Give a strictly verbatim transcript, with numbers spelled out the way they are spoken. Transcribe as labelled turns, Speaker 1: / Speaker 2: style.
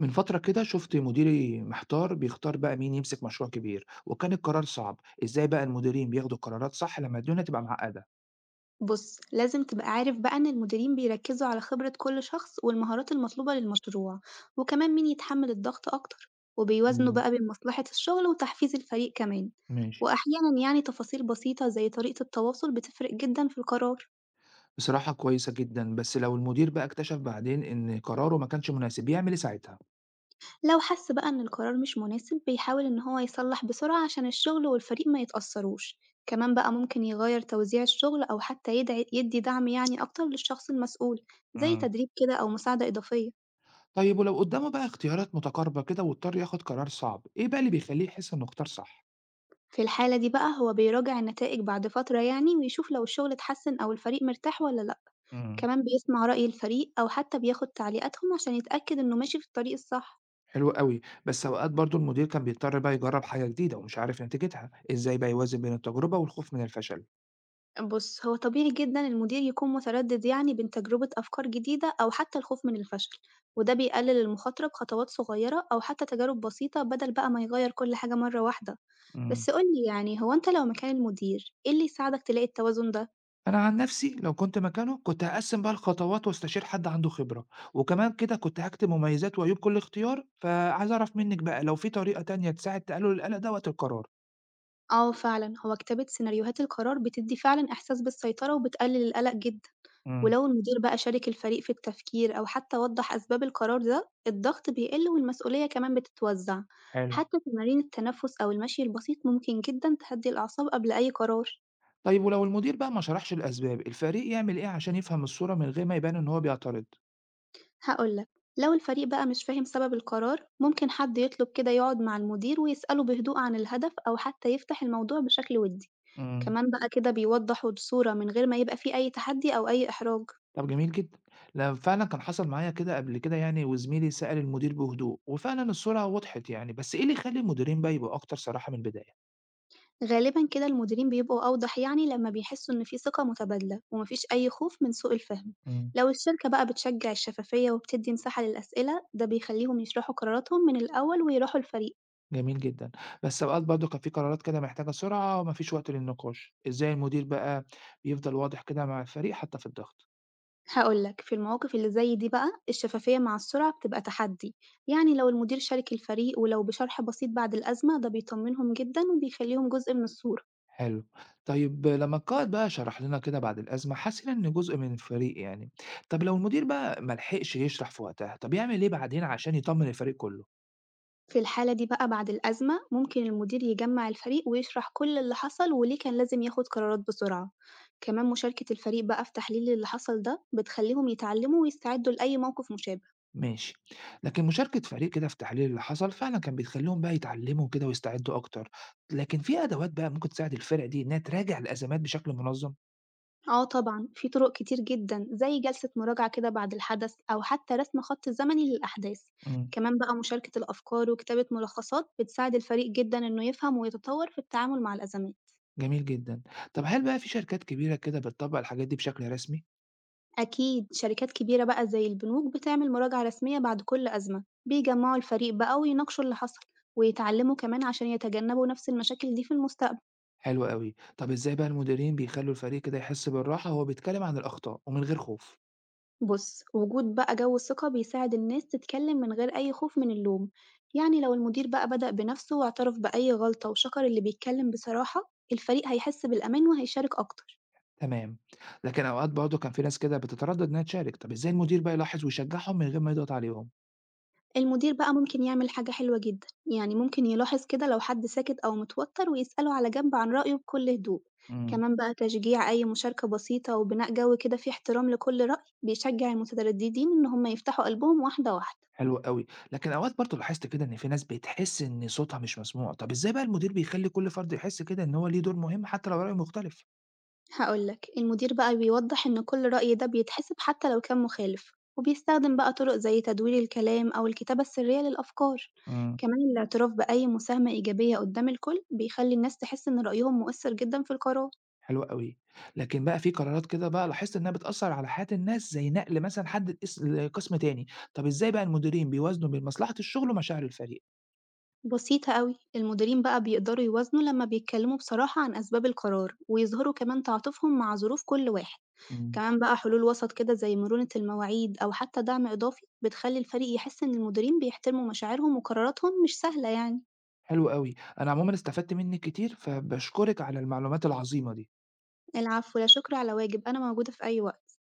Speaker 1: من فترة كده شفت مديري محتار بيختار بقى مين يمسك مشروع كبير، وكان القرار صعب. ازاي بقى المديرين بياخدوا قرارات صح لما الدنيا تبقى معقدة؟
Speaker 2: بُص، لازم تبقى عارف بقى إن المديرين بيركّزوا على خبرة كل شخص والمهارات المطلوبة للمشروع، وكمان مين يتحمّل الضغط أكتر، وبيوازنوا
Speaker 1: مم،
Speaker 2: بقى بين مصلحة الشغل وتحفيز الفريق كمان،
Speaker 1: ماشي.
Speaker 2: وأحيانًا يعني تفاصيل بسيطة زي طريقة التواصل بتفرق جدًا في القرار.
Speaker 1: بصراحة كويسة جدا، بس لو المدير بقى اكتشف بعدين ان قراره ما كانش مناسب يعمل ايه ساعتها؟
Speaker 2: لو حَس بقى إن القرار مش مناسب بيحاول إن هو يصلّح بسرعة عشان الشغل والفريق ما يتأثّروش، كمان بقى ممكن يغيّر توزيع الشغل أو حتى يدعي يدّي دعم يعني أكتر للشخص المسؤول، زي
Speaker 1: مم.
Speaker 2: تدريب كده أو مساعدة إضافية.
Speaker 1: طيب ولو قدامه بقى اختيارات متقاربة كده واضطر ياخد قرار صعب، ايه بقى اللي بيخليه يحس انه اختار صح؟
Speaker 2: في الحالة دي بقى هو بيراجع النتائج بعد فترة يعني ويشوف لو الشغل اتحسن أو الفريق مرتاح ولا لأ،
Speaker 1: مم.
Speaker 2: كمان بيسمع رأي الفريق أو حتى بياخد تعليقاتهم عشان يتأكد إنه ماشي في الطريق الصح.
Speaker 1: حلو قوي. بس اوقات برضو المدير كان بيضطر بقى يجرب حاجة جديدة ومش عارف نتيجتها، ازاي بقى يوازن بين التجربة والخوف من الفشل؟
Speaker 2: بص، هو طبيعي جدا المدير يكون متردد يعني بين تجربة أفكار جديدة أو حتى الخوف من الفشل، وده بيقلل المخاطرة بخطوات صغيرة أو حتى تجارب بسيطة بدل بقى ما يغير كل حاجة مرة واحدة.
Speaker 1: مم.
Speaker 2: بس قولي يعني، هو أنت لو مكان المدير إيه اللي يساعدك تلاقي التوازن ده؟
Speaker 1: أنا عن نفسي لو كنت مكانه كنت هاقسّم بقى الخطوات واستشير حد عنده خبرة، وكمان كده كنت هاكتب مميزات وعيوب كل اختيار، فعايز أعرف منِّك بقى لو في طريقة تانية تساعد تقلل القلق ده وقت القرار.
Speaker 2: آه فعلًا، هو كتابة سيناريوهات القرار بتدّي فعلًا إحساس بالسيطرة وبتقلل القلق جدًا،
Speaker 1: امم،
Speaker 2: ولو المدير بقى شارك الفريق في التفكير أو حتى وضّح أسباب القرار ده، الضغط بيقل والمسؤولية كمان بتتوزّع.
Speaker 1: حلو.
Speaker 2: حتى تمارين التنفس أو المشي البسيط ممكن جدًا تهدّي الأعصاب قبل أي قرار.
Speaker 1: طيب ولو المدير بقى ما شرحش الأسباب، الفريق يعمل إيه عشان يفهم الصورة من غير ما يبان إن هو بيعترض؟
Speaker 2: هاقول لك، لو الفريق بقى مش فاهم سبب القرار، ممكن حد يطلب كده يقعد مع المدير ويسأله بهدوء عن الهدف أو حتى يفتح الموضوع بشكل ودي،
Speaker 1: امم.
Speaker 2: كمان بقى كده بيوضّحوا الصورة من غير ما يبقى في أي تحدي أو أي إحراج.
Speaker 1: طب جميل جدًا. لأ فعلًا كان حصل معايا كده قبل كده يعني، وزميلي سأل المدير بهدوء، وفعلًا الصورة وضحت يعني، بس إيه اللي يخلي المديرين بقى يبقوا أكتر صراحة من البداية؟
Speaker 2: غالبًا كده المديرين بيبقوا أوضح يعني لما بيحسوا إن في ثقة متبادلة ومفيش أي خوف من سوء الفهم.
Speaker 1: امم.
Speaker 2: لو الشركة بقى بتشجع الشفافية وبتدي مساحة للأسئلة ده بيخليهم يشرحوا قراراتهم من الأول ويروحوا الفريق.
Speaker 1: جميل جدًا. بس أوقات برضه كان في قرارات كده محتاجة سرعة وما فيش وقت للنقاش، إزاي المدير بقى بيفضل واضح كده مع الفريق حتى في الضغط؟
Speaker 2: هقولك، في المواقف اللي زي دي بقى الشفافية مع السرعة بتبقى تحدي، يعني لو المدير شارك الفريق ولو بشرح بسيط بعد الأزمة ده بيطمنهم جدًا وبيخليهم جزء من الصورة.
Speaker 1: حلو. طيب لمّا القائد بقى شرح لنا كده بعد الأزمة حسينا إنه جزء من الفريق يعني، طب لو المدير بقى ما لحقش يشرح في وقتها، طب يعمل إيه بعدين عشان يطمن الفريق كله؟
Speaker 2: في الحالة دي بقى بعد الأزمة ممكن المدير يجمع الفريق ويشرح كل اللي حصل وليه كان لازم ياخد قرارات بسرعة، كمان مشاركة الفريق بقى في تحليل اللي حصل ده بتخليهم يتعلموا ويستعدوا لأي موقف مشابه.
Speaker 1: ماشي. لكن مشاركة فريق كده في تحليل اللي حصل فعلًا كان بيخلّيهم بقى يتعلموا كده ويستعدوا أكتر، لكن في أدوات بقى ممكن تساعد الفرق دي إنها تراجع الأزمات بشكل منظم؟
Speaker 2: اه طبعا في طرق كتير جدا زي جلسة مراجعة كده بعد الحدث أو حتى رسم خط زمني للأحداث،
Speaker 1: إمم.
Speaker 2: كمان بقى مشاركة الأفكار وكتابة ملخصات بتساعد الفريق جدا إنه يفهم ويتطور في التعامل مع الأزمات.
Speaker 1: جميل جدًا. طب هل بقى في شركات كبيرة كده بتطبّق الحاجات دي بشكل رسمي؟
Speaker 2: أكيد شركات كبيرة بقى زي البنوك بتعمل مراجعة رسمية بعد كل أزمة، بيجمعوا الفريق بقى ويناقشوا اللي حصل ويتعلموا كمان عشان يتجنبوا نفس المشاكل دي في المستقبل.
Speaker 1: حلو أوي. طب إزاي بقى المديرين بيخلّوا الفريق كده يحس بالراحة وهو بيتكلم عن الأخطاء ومن غير خوف؟
Speaker 2: بص، وجود بقى جو الثقة بيساعد الناس تتكلم من غير أي خوف من اللوم. يعني لو المدير بقى بدأ بنفسه واعترف بأي غلطة وشكر اللي بيتكلم بصراحة، الفريق هيحس بالأمان وهيشارك أكتر.
Speaker 1: تمام. لكن أوقات برضه كان في ناس كده بتتردد إنها تشارك، طب إزاي المدير بقى يلاحظ ويشجعهم من غير ما يضغط عليهم؟
Speaker 2: المدير بقى ممكن يعمل حاجة حلوة جدًا، يعني ممكن يلاحظ كده لو حد ساكت أو متوتر ويسأله على جنب عن رأيه بكل هدوء،
Speaker 1: إمم،
Speaker 2: كمان بقى تشجيع أي مشاركة بسيطة وبناء جو كده فيه احترام لكل رأي بيشجع المترددين إن هم يفتحوا قلبهم واحدة واحدة.
Speaker 1: حلو أوي. لكن أوقات برضه لاحظت كده إن في ناس بتحس إن صوتها مش مسموع، طب إزاي بقى المدير بيخلّي كل فرد يحس كده إن هو ليه دور مهم حتى لو رأيه مختلف؟
Speaker 2: هاقول لك، المدير بقى بيوضح إن كل رأي ده بيتحسب حتى لو كان مخالف، وبيستخدم بقى طرق زي تدوير الكلام أو الكتابة السرية للأفكار،
Speaker 1: إمم.
Speaker 2: كمان الاعتراف بأي مساهمة إيجابية قدام الكل بيخلي الناس تحس إن رأيهم مؤثر جدًا في القرار.
Speaker 1: حلو أوي. لكن بقى في قرارات كده بقى لاحظت إنها بتأثّر على حياة الناس زي نقل مثلًا حد لقس لقسم تاني، طب إزاي بقى المديرين بيوازنوا بين مصلحة الشغل ومشاعر الفريق؟
Speaker 2: بسيطة أوي، المديرين بقى بيقدروا يوازنوا لما بيتكلموا بصراحة عن أسباب القرار ويظهروا كمان تعاطفهم مع ظروف كل واحد،
Speaker 1: إمم.
Speaker 2: كمان بقى حلول وسط كده زي مرونة المواعيد أو حتى دعم إضافي بتخلي الفريق يحس إن المديرين بيحترموا مشاعرهم وقراراتهم مش سهلة يعني.
Speaker 1: حلو أوي. أنا عمومًا استفدت منِّك كتير، فباشكرِك على المعلومات العظيمة دي.
Speaker 2: العفو، لا شكر على واجب. أنا موجودة في أي وقت.